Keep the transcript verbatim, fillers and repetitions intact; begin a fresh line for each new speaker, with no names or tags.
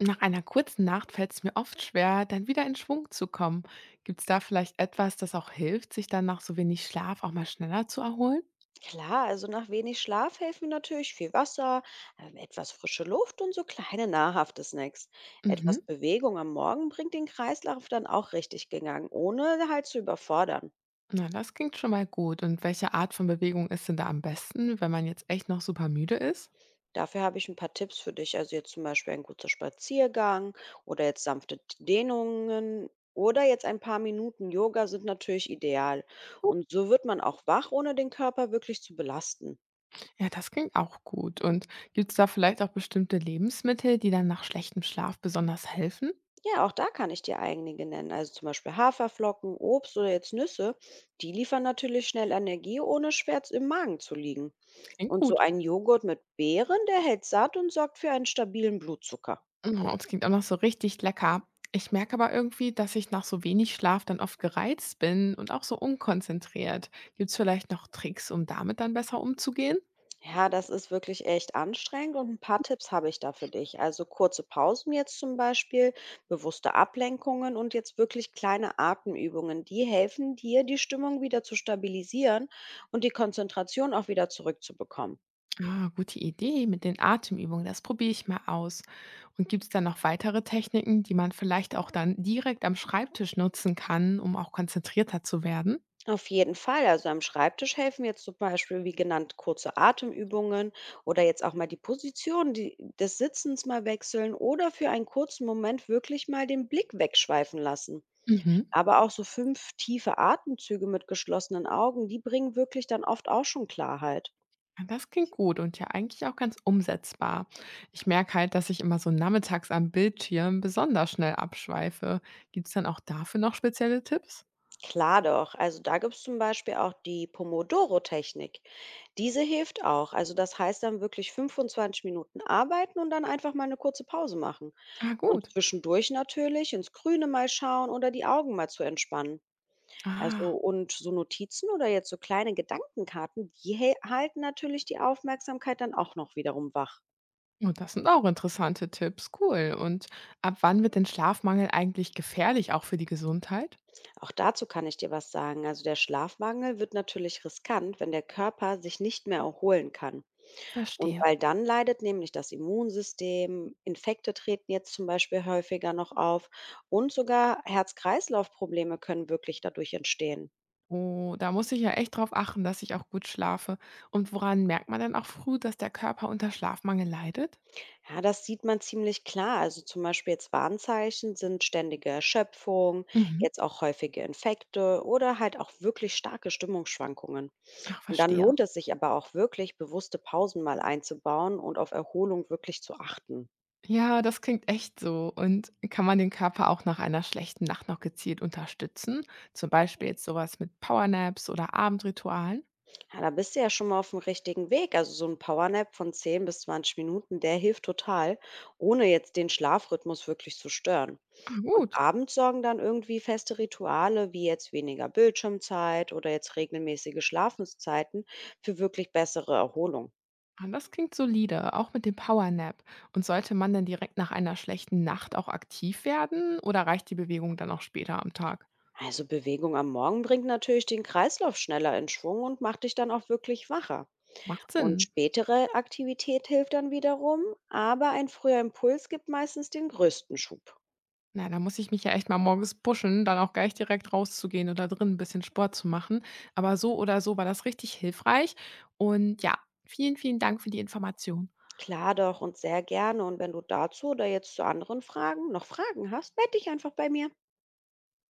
Nach einer kurzen Nacht fällt es mir oft schwer, dann wieder in Schwung zu kommen. Gibt es da vielleicht etwas, das auch hilft, sich dann nach so wenig Schlaf auch mal schneller zu erholen?
Klar, also nach wenig Schlaf helfen natürlich viel Wasser, ähm, etwas frische Luft und so kleine nahrhafte Snacks. Etwas
Mhm.
Bewegung am Morgen bringt den Kreislauf dann auch richtig gegangen, ohne halt zu überfordern.
Na, das klingt schon mal gut. Und welche Art von Bewegung ist denn da am besten, wenn man jetzt echt noch super müde ist?
Dafür habe ich ein paar Tipps für dich. Also jetzt zum Beispiel ein guter Spaziergang oder jetzt sanfte Dehnungen oder jetzt ein paar Minuten Yoga sind natürlich ideal. Und so wird man auch wach, ohne den Körper wirklich zu belasten.
Ja, das klingt auch gut. Und gibt es da vielleicht auch bestimmte Lebensmittel, die dann nach schlechtem Schlaf besonders helfen?
Ja, auch da kann ich dir einige nennen. Also zum Beispiel Haferflocken, Obst oder jetzt Nüsse. Die liefern natürlich schnell Energie, ohne schwer im Magen zu liegen.
Klingt
Und so
gut.
ein Joghurt mit Beeren, der hält satt und sorgt für einen stabilen Blutzucker.
Mhm, das klingt auch noch so richtig lecker. Ich merke aber irgendwie, dass ich nach so wenig Schlaf dann oft gereizt bin und auch so unkonzentriert. Gibt es vielleicht noch Tricks, um damit dann besser umzugehen?
Ja, das ist wirklich echt anstrengend und ein paar Tipps habe ich da für dich. Also kurze Pausen jetzt zum Beispiel, bewusste Ablenkungen und jetzt wirklich kleine Atemübungen. Die helfen dir, die Stimmung wieder zu stabilisieren und die Konzentration auch wieder zurückzubekommen.
Ah, gute Idee mit den Atemübungen, das probiere ich mal aus. Und gibt es dann noch weitere Techniken, die man vielleicht auch dann direkt am Schreibtisch nutzen kann, um auch konzentrierter zu werden?
Auf jeden Fall. Also am Schreibtisch helfen jetzt zum Beispiel, wie genannt, kurze Atemübungen oder jetzt auch mal die Position, die, des Sitzens mal wechseln oder für einen kurzen Moment wirklich mal den Blick wegschweifen lassen.
Mhm.
Aber auch so fünf tiefe Atemzüge mit geschlossenen Augen, die bringen wirklich dann oft auch schon Klarheit.
Ah, das klingt gut und ja eigentlich auch ganz umsetzbar. Ich merke halt, dass ich immer so nachmittags am Bildschirm besonders schnell abschweife. Gibt es dann auch dafür noch spezielle Tipps?
Klar doch. Also da gibt es zum Beispiel auch die Pomodoro-Technik. Diese hilft auch. Also das heißt dann wirklich fünfundzwanzig Minuten arbeiten und dann einfach mal eine kurze Pause machen.
Ah,
Und
gut.
zwischendurch natürlich ins Grüne mal schauen oder die Augen mal zu entspannen. Also
Ah,
und so Notizen oder jetzt so kleine Gedankenkarten, die he- halten natürlich die Aufmerksamkeit dann auch noch wiederum wach.
und das sind auch interessante Tipps. Cool. Und ab wann wird denn Schlafmangel eigentlich gefährlich, auch für die Gesundheit?
Auch dazu kann ich dir was sagen. Also der Schlafmangel wird natürlich riskant, wenn der Körper sich nicht mehr erholen kann. Und
Verstehe.
weil dann leidet nämlich das Immunsystem, Infekte treten jetzt zum Beispiel häufiger noch auf und sogar Herz-Kreislauf-Probleme können wirklich dadurch entstehen.
Oh, da muss ich ja echt drauf achten, dass ich auch gut schlafe. Und woran merkt man denn auch früh, dass der Körper unter Schlafmangel leidet?
Ja, das sieht man ziemlich klar. Also zum Beispiel jetzt Warnzeichen sind ständige Erschöpfung,
Mhm.
jetzt auch häufige Infekte oder halt auch wirklich starke Stimmungsschwankungen.
Ach,
Und dann
verstehe.
lohnt es sich aber auch wirklich, bewusste Pausen mal einzubauen und auf Erholung wirklich zu achten.
Ja, das klingt echt so. Und kann man den Körper auch nach einer schlechten Nacht noch gezielt unterstützen? Zum Beispiel jetzt sowas mit Powernaps oder Abendritualen?
Ja, da bist du ja schon mal auf dem richtigen Weg. Also so ein Powernap von zehn bis zwanzig Minuten, der hilft total, ohne jetzt den Schlafrhythmus wirklich zu stören.
Ah,
Und
gut.
abends sorgen dann irgendwie feste Rituale, wie jetzt weniger Bildschirmzeit oder jetzt regelmäßige Schlafenszeiten für wirklich bessere Erholung.
Ah, das klingt solide, auch mit dem Powernap. Und sollte man denn direkt nach einer schlechten Nacht auch aktiv werden oder reicht die Bewegung dann auch später am Tag?
Also Bewegung am Morgen bringt natürlich den Kreislauf schneller in Schwung und macht dich dann auch wirklich wacher.
Macht
Und
Sinn.
spätere Aktivität hilft dann wiederum, aber ein früher Impuls gibt meistens den größten Schub.
Na, da muss ich mich ja echt mal morgens pushen, dann auch gleich direkt rauszugehen oder drin ein bisschen Sport zu machen. Aber so oder so war das richtig hilfreich. Und ja, vielen, vielen Dank für die Information.
Klar doch und sehr gerne. Und wenn du dazu oder jetzt zu anderen Fragen noch Fragen hast, melde dich einfach bei mir.